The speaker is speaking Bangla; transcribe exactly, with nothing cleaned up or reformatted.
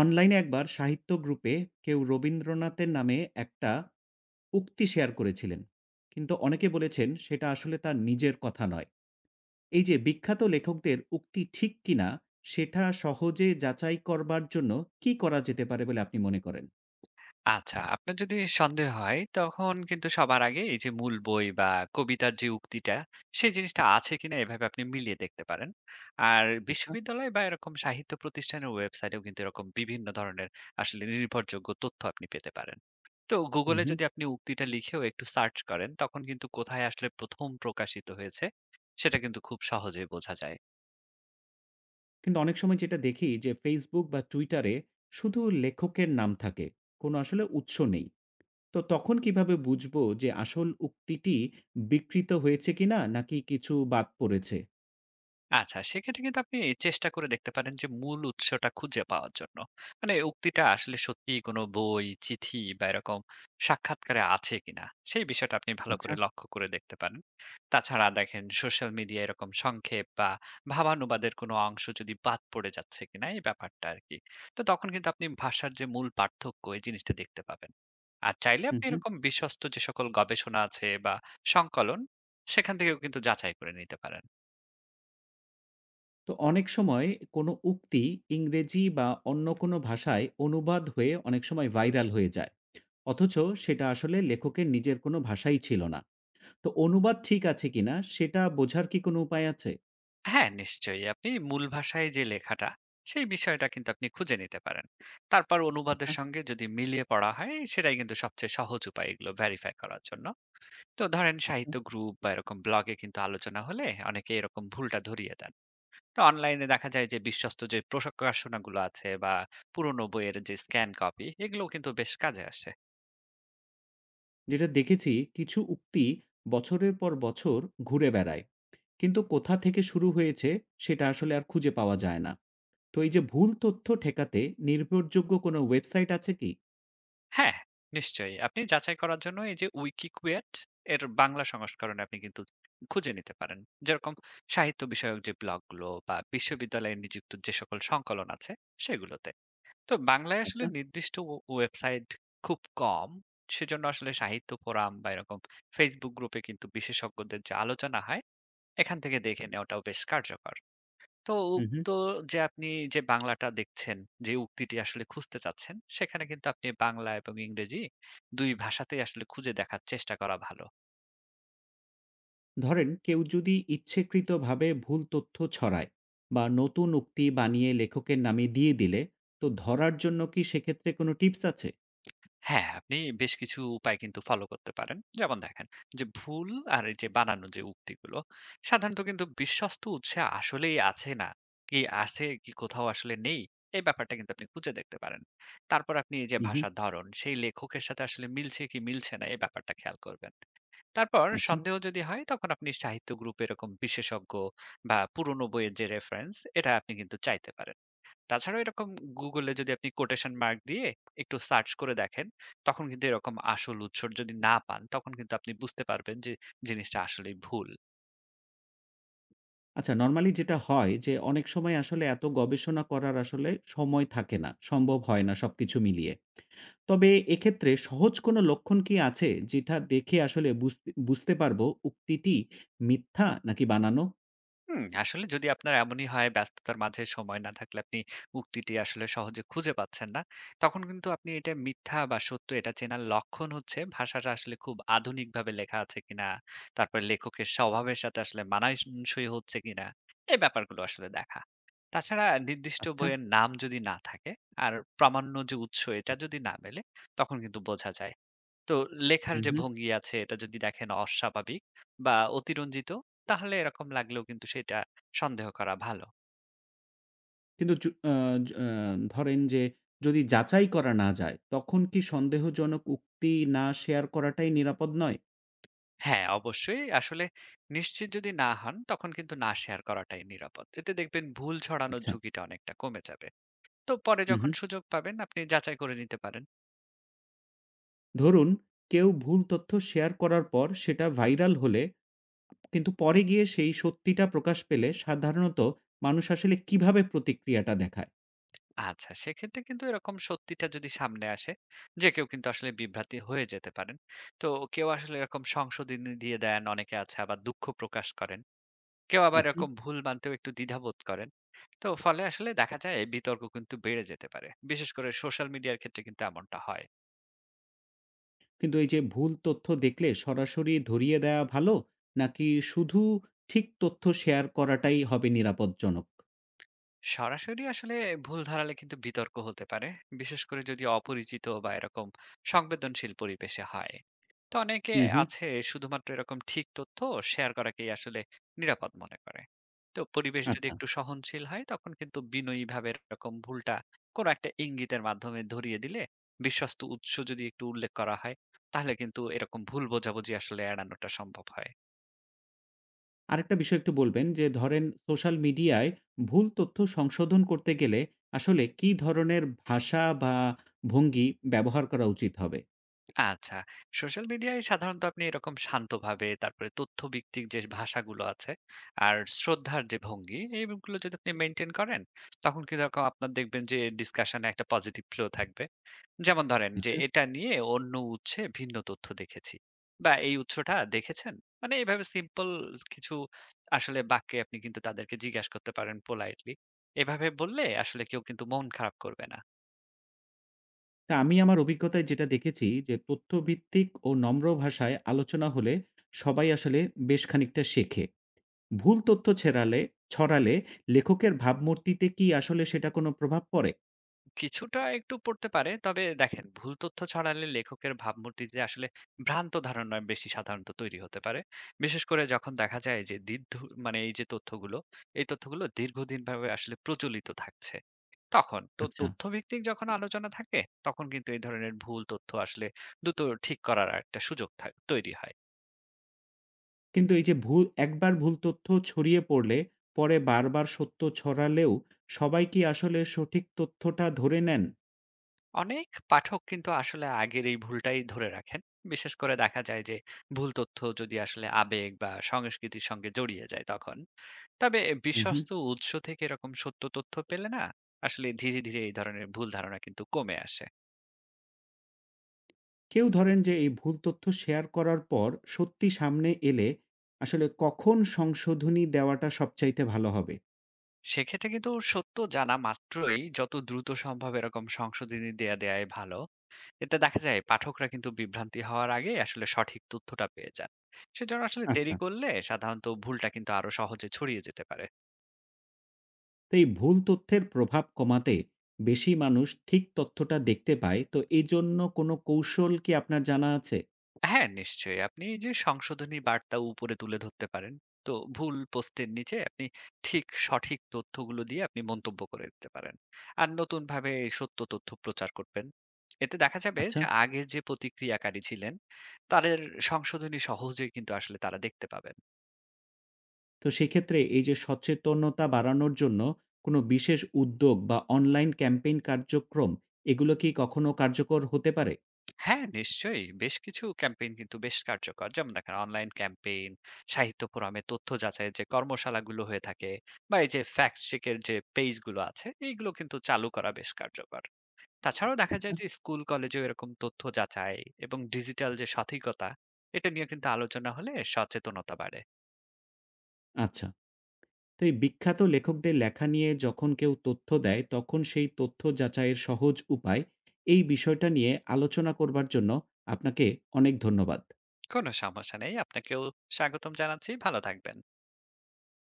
অনলাইনে একবার সাহিত্য গ্রুপে কেউ রবীন্দ্রনাথের নামে একটা উক্তি শেয়ার করেছিলেন, কিন্তু অনেকে বলেছেন সেটা আসলে তার নিজের কথা নয়। এই যে বিখ্যাত লেখকদের উক্তি ঠিক কিনা, সেটা সহজে যাচাই করবার জন্য কি করা যেতে পারে বলে আপনি মনে করেন? আচ্ছা, আপনার যদি সন্দেহ হয় তখন কিন্তু সবার আগে এই যে মূল বই বা কবিতার যে উক্তিটা সেই জিনিসটা আছে কিনা এভাবে আপনি মিলিয়ে দেখতে পারেন। আর আচ্ছা। বিশ্ববিদ্যালয় বা এরকম সাহিত্য প্রতিষ্ঠানের ওয়েবসাইটেও কিন্তু এরকম বিভিন্ন ধরনের আসলে নির্ভরযোগ্য তথ্য আপনি পেতে পারেন। তো হুম গুগলে হুম যদি আপনি উক্তিটা লিখেও একটু সার্চ করেন, তখন কিন্তু কোথায় আসলে প্রথম প্রকাশিত হয়েছে সেটা কিন্তু খুব সহজেই বোঝা যায়। কিন্তু অনেক সময় যেটা দেখি যে ফেসবুক বা টুইটারে শুধু লেখকের নাম থাকে, কোনো আসলে উৎস নেই। তো তখন কিভাবে বুঝবো যে আসল উক্তিটি বিকৃত হয়েছে কিনা, নাকি কিছু বাদ পড়েছে? আচ্ছা, সেক্ষেত্রে কিন্তু আপনি চেষ্টা করে দেখতে পারেন যে মূল উৎসটা খুঁজে পাওয়ার জন্য। মানে উক্তিটা আসলে সত্যিই কোনো বই, চিঠি বা এরকম সাক্ষাৎকারে আছে কিনা, সেই বিষয়টা আপনি ভালো আচ্ছা, করে লক্ষ্য করে দেখতে পারেন। তাছাড়া দেখেন, সোশ্যাল মিডিয়ায় এরকম সংক্ষেপ বা ভাবানুবাদের কোনো অংশ যদি বাদ পড়ে যাচ্ছে কিনা এই ব্যাপারটা আরকি। তো তখন কিন্তু আপনি ভাষার যে মূল পার্থক্য, এই জিনিসটা দেখতে পাবেন। আর চাইলে হুম, আপনি হুম। এরকম বিশ্বস্ত যে সকল গবেষণা আছে বা সংকলন, সেখান থেকেও কিন্তু যাচাই করে নিতে পারেন। তো অনেক সময় কোনো উক্তি ইংরেজি বা অন্য কোনো ভাষায় অনুবাদ হয়ে অনেক সময় ভাইরাল হয়ে যায়। অথচ সেটা আসলে লেখকের নিজের কোনো ভাষাই ছিল না। তো অনুবাদ ঠিক আছে কিনা সেটা বোঝার কি কোনো উপায় আছে? হ্যাঁ, নিশ্চয়ই। আপনি মূল ভাষায় যে লেখাটা, সেই বিষয়টা কিন্তু আপনি খুঁজে নিতে পারেন। তারপর অনুবাদের আচ্ছা, সঙ্গে যদি মিলিয়ে পড়া হয়, সেটাই কিন্তু সবচেয়ে সহজ উপায় এগুলো ভেরিফাই করার জন্য। তো ধরেন, আচ্ছা। সাহিত্য গ্রুপ বা এরকম ব্লগে কিন্তু আলোচনা হলে অনেকে এরকম ভুলটা ধরিয়ে দেন। তো অনলাইনে দেখা যায় যে বিশ্বস্ত যে প্রকাশনাগুলো আছে বা পুরনো বইয়ের যে স্ক্যান কপি, এগুলোও কিন্তু বেশ কাজে আসে। যেটা দেখেছি কিছু উক্তি বছরের পর বছর ঘুরে বেড়ায়। কিন্তু কোথা থেকে শুরু হয়েছে সেটা আসলে আর খুঁজে পাওয়া যায় না। তো এই যে ভুল তথ্য ঠেকাতে নির্ভরযোগ্য কোনো ওয়েবসাইট আছে কি? হ্যাঁ, নিশ্চয়ই। আপনি যাচাই করার জন্য এই যে উইকিকুয়েট এর বাংলা সংস্করণে আপনি কিন্তু খুঁজে নিতে পারেন। যেরকম সাহিত্য বিষয়ক যে ব্লগগুলো বা বিশ্ববিদ্যালয়ে নিযুক্ত যে সকল সংকলন আছে, সেগুলোতে। তো বাংলায় আসলে আচ্ছা। নির্দিষ্ট ও ওয়েবসাইট খুব কম। সেজন্য আসলে সাহিত্য ফোরাম বা এরকম Facebook গ্রুপে কিন্তু বিশেষজ্ঞদের যে আলোচনা হয়, এখান থেকে দেখে নেওয়াটাও বেশ কার্যকর। তো হুম, হুম। উক্ত যে আপনি যে বাংলাটা দেখছেন, যে উক্তিটি আসলে খুঁজতে চাচ্ছেন, সেখানে কিন্তু আপনি বাংলা এবং ইংরেজি দুই ভাষাতেই আসলে খুঁজে দেখার চেষ্টা করা ভালো। ধরেন কেউ যদি ইচ্ছেকৃতভাবে ভুল তথ্য ছড়ায় বা নতুন উক্তি বানিয়ে লেখকের নামে দিয়ে দিলে, তো ধরার জন্য কি সেক্ষেত্রে কোনো টিপস আছে? হ্যাঁ, আপনি বেশ কিছু উপায় কিন্তু ফলো করতে পারেন। যেমন দেখেন, যে ভুল আর এই যে বানানো যে উক্তিগুলো, সাধারণত কিন্তু বিশ্বস্ত উৎসে আসলেই আছে না, কি আছে কি কোথাও আসলে নেই, এই ব্যাপারটা কিন্তু আপনি খুঁজে দেখতে পারেন। তারপর আপনি এই যে হুম। ভাষার ধরন, সেই লেখকের সাথে আসলে মিলছে কি মিলছে না, এই ব্যাপারটা খেয়াল করবেন। তারপর আচ্ছা। সন্দেহ যদি হয়, তখন আপনি সাহিত্য গ্রুপ, এরকম বিশেষজ্ঞ বা পুরনো বইয়ের যে রেফারেন্স, এটা আপনি কিন্তু চাইতে পারেন। তাছাড়াও এরকম গুগলে যদি আপনি কোটেশন মার্ক দিয়ে একটু সার্চ করে দেখেন, তখন কিন্তু এরকম আসল উৎস যদি না পান, তখন কিন্তু আপনি বুঝতে পারবেন যে জিনিসটা আসলে ভুল। আচ্ছা, নর্মালি যেটা হয় যে অনেক সময় আসলে এত গবেষণা করার আসলে সময় থাকে না, সম্ভব হয় না সবকিছু মিলিয়ে। তবে এক্ষেত্রে সহজ কোনো লক্ষণ কি আছে যেটা দেখে আসলে বুঝতে বুঝতে পারবো উক্তিটি মিথ্যা নাকি বানানো? হুম, আসলে যদি আপনার এমনই হয়, ব্যস্ততার মাঝে সময় না থাকলে আপনি উক্তিটি আসলে সহজে খুঁজে পাচ্ছেন না, তখন কিন্তু আপনি এটা মিথ্যা বা সত্য, এটা চেনার লক্ষণ হচ্ছে ভাষাটা আসলে খুব আধুনিকভাবে লেখা আছে কিনা, তারপর লেখকের স্বভাবের সাথে আসলে মানানসই হচ্ছে কিনা, এই ব্যাপারগুলো আসলে দেখা। তাছাড়া নির্দিষ্ট আচ্ছা। বইয়ের নাম যদি না থাকে আর প্রামাণ্য যে উৎস, এটা যদি না মেলে, তখন কিন্তু বোঝা যায়। তো লেখার হুম। যে ভঙ্গি আছে, এটা যদি দেখেন অস্বাভাবিক বা অতিরঞ্জিত, তাহলে এরকম লাগলেও কিন্তু সেটা সন্দেহ করা ভালো। কিন্তু জু আ জ আ ধরেন যে, যদি যাচাই করা না যায়, তখন কি সন্দেহজনক উক্তি না শেয়ার করাটাই নিরাপদ নয়? হ্যাঁ, অবশ্যই। আসলে নিশ্চিত যদি না হন, তখন কিন্তু না শেয়ার করাটাই নিরাপদ। এতে দেখবেন, ভুল ছড়ানোর আচ্ছা। ঝুঁকিটা অনেকটা কমে যাবে। তো পরে হু, হু। যখন সুযোগ পাবেন, আপনি যাচাই করে নিতে পারেন। ধরুন কেউ ভুল তথ্য শেয়ার করার পর সেটা ভাইরাল হলে, কিন্তু পরে গিয়ে সেই সত্যিটা প্রকাশ পেলে সাধারণত মানুষ আসলে কিভাবে প্রতিক্রিয়াটা দেখায়? আচ্ছা, সেক্ষেত্রে কিন্তু এরকম সত্যিটা যদি সামনে আসে, যে কেউ কিন্তু আসলে বিভ্রান্তি হয়ে যেতে পারেন। তো কেউ আসলে এরকম সংশোধনী দিয়ে দেন, অনেকে আছে আবার দুঃখ প্রকাশ করেন, কেউ আবার আচ্ছা। এরকম ভুল মানতেও একটু দ্বিধাবোধ করেন। তো ফলে আসলে দেখা যায় এই বিতর্ক কিন্তু বেড়ে যেতে পারে। বিশেষ করে সোশ্যাল মিডিয়ার ক্ষেত্রে কিন্তু এমনটা হয়। কিন্তু এই যে ভুল তথ্য দেখলে সরাসরি ধরিয়ে দেয়া ভালো, নাকি শুধু ঠিক তথ্য শেয়ার করাটাই হবে নিরাপদজনক? সরাসরি আসলে ভুল ধরালে কিন্তু বিতর্ক হতে পারে, বিশেষ করে যদি অপরিচিত বা এরকম সংবেদনশীল পরিবেশে হয়। তো অনেকে হু, হু। আছে শুধুমাত্র এরকম ঠিক তথ্য শেয়ার করাকেই আসলে নিরাপদ মনে করে। তো পরিবেশ যদি আচ্ছা। একটু সহনশীল হয়, তখন কিন্তু বিনয়ী ভাবে এরকম ভুলটা কোনো একটা ইঙ্গিতের মাধ্যমে ধরিয়ে দিলে, বিশ্বস্ত উৎস যদি একটু উল্লেখ করা হয়, তাহলে কিন্তু এরকম ভুল বোঝাবুঝি আসলে এড়ানোটা সম্ভব হয়। আরেকটা বিষয় একটু বলবেন যে ধরেন সোশ্যাল মিডিয়ায় ভুল তথ্য সংশোধন করতে গেলে আসলে কি ধরনের ভাষা বা ভঙ্গি ব্যবহার করা উচিত হবে? আচ্ছা। সোশ্যাল মিডিয়ায় সাধারণত আপনি এরকম শান্তভাবে, তারপরে তথ্যভিত্তিক যে ভাষাগুলো আছে আর শ্রদ্ধার যে ভঙ্গি, এইগুলো যদি আপনি মেইনটেইন করেন, তখন কিন্তু এরকম আপনার দেখবেন যে ডিসকাশনে একটা পজিটিভ ফ্লো থাকবে। যেমন ধরেন, যে আচ্ছা। এটা নিয়ে অন্য উৎসে ভিন্ন তথ্য দেখেছি বা এই উৎসটা দেখেছেন? মানে এভাবে সিম্পল কিছু আসলে বাক্যে আপনি কিন্তু তাদেরকে জিজ্ঞাসা করতে পারেন পোলাইটলি। এভাবে বললে আসলে কেউ কিন্তু মন খারাপ করবে না। তা আমি আমার অভিজ্ঞতায় যেটা দেখেছি যে তথ্যভিত্তিক ও নম্র ভাষায় আলোচনা হলে সবাই আসলে বেশ খানিকটা শেখে। ভুল তথ্য ছেড়ালে ছড়ালে লেখকের ভাবমূর্তিতে কি আসলে সেটা কোনো প্রভাব পড়ে? কিছুটা একটু পড়তে পারে। তবে দেখেন, ভুল তথ্য ছড়ালে লেখকের ভাবমূর্তিতে আসলে ভ্রান্ত ধারণা বেশি সাধারণত তৈরি হতে পারে। বিশেষ করে যখন দেখা যায় যে দীর্ঘ, মানে এই যে তথ্যগুলো, এই তথ্যগুলো দীর্ঘদিন ভাবে আসলে প্রচলিত থাকছে। তখন তো আচ্ছা। তথ্যভিত্তিক যখন আলোচনা থাকে, তখন কিন্তু এই ধরনের ভুল তথ্য আসলে দ্রুত ঠিক করার একটা সুযোগ থা তৈরি হয়। কিন্তু এই যে ভু একবার ভুল তথ্য ছড়িয়ে পড়লে পরে বারবার সত্য ছড়ালেও সবাই কি আসলে সঠিক তথ্যটা ধরে নেন? অনেক পাঠক কিন্তু আসলে আগের এই ভুলটাই ধরে রাখেন। বিশেষ করে দেখা যায় যে ভুল তথ্য যদি আসলে আবেগ বা সংস্কৃতির সঙ্গে জড়িয়ে যায় তখন। তবে হুম হুম। বিশ্বস্ত উৎস থেকে এরকম সত্য তথ্য পেলে না আসলে ধীরে ধীরে এই ধরনের ভুল ধারণা কিন্তু কমে আসে। কেউ ধরেন যে এই ভুল তথ্য শেয়ার করার পর সত্যি সামনে এলে আসলে কখন সংশোধনী দেওয়াটা সবচাইতে ভালো হবে? সেক্ষেত্রে কিন্তু সত্য জানা মাত্রই যত দ্রুত সম্ভব এরকম সংশোধনী দেয়া দেয়াই ভালো। এতে দেখা যায় পাঠকরা কিন্তু বিভ্রান্তি হওয়ার আগে আসলে সঠিক তথ্যটা পেয়ে যান। সেজন্য আসলে দেরি আচ্ছা। করলে সাধারণত ভুলটা কিন্তু আরো সহজে ছড়িয়ে যেতে পারে। তো এই ভুল তথ্যের প্রভাব কমাতে বেশি মানুষ ঠিক তথ্যটা দেখতে পায়, তো এই জন্য কোনো কৌশল কি আপনার জানা আছে? হ্যাঁ, নিশ্চয়ই। আপনি এই যে সংশোধনী বার্তা উপরে তুলে ধরতে পারেন। তো ভুল পোস্টের নিচে আপনি ঠিক সঠিক তথ্যগুলো দিয়ে আপনি মন্তব্য করে দিতে পারেন। আর নতুন ভাবে সত্য তথ্য প্রচার করবেন। এতে দেখা যাবে আচ্ছা। যে আগের যে প্রতিক্রিয়াকারী ছিলেন, তাদের সংশোধনী সহজেই কিন্তু আসলে তারা দেখতে পাবেন। তো সেক্ষেত্রে এই যে সচেতনতা বাড়ানোর জন্য কোনো বিশেষ উদ্যোগ বা অনলাইন ক্যাম্পেইন কার্যক্রম এগুলো কি কখনো কার্যকর হতে পারে? হ্যাঁ, নিশ্চয়ই। বেশ কিছু ক্যাম্পেইন কিন্তু বেশ কার্যকর। যেমন দেখেন, অনলাইন ক্যাম্পেইন, সাহিত্য ফোরামে তথ্য যাচাইয়ের যে কর্মশালাগুলো হয়ে থাকে বা এই যে ফ্যাক্ট চেক এর যে পেইজগুলো আছে, এইগুলো কিন্তু চালু করা বেশ কার্যকর। তাছাড়াও দেখা আচ্ছা। যায় যে স্কুল, কলেজেও এরকম তথ্য যাচাই এবং ডিজিটাল যে সঠিকতা, এটা নিয়ে কিন্তু আলোচনা হলে সচেতনতা বাড়ে। আচ্ছা। তো এই বিখ্যাত লেখকদের লেখা নিয়ে যখন কেউ তথ্য দেয় তখন সেই তথ্য যাচাইয়ের সহজ উপায়, এই বিষয়টা নিয়ে আলোচনা করবার জন্য আপনাকে অনেক ধন্যবাদ। কোনো সমস্যা নেই। আপনাকেও স্বাগতম জানাচ্ছি। ভালো থাকবেন।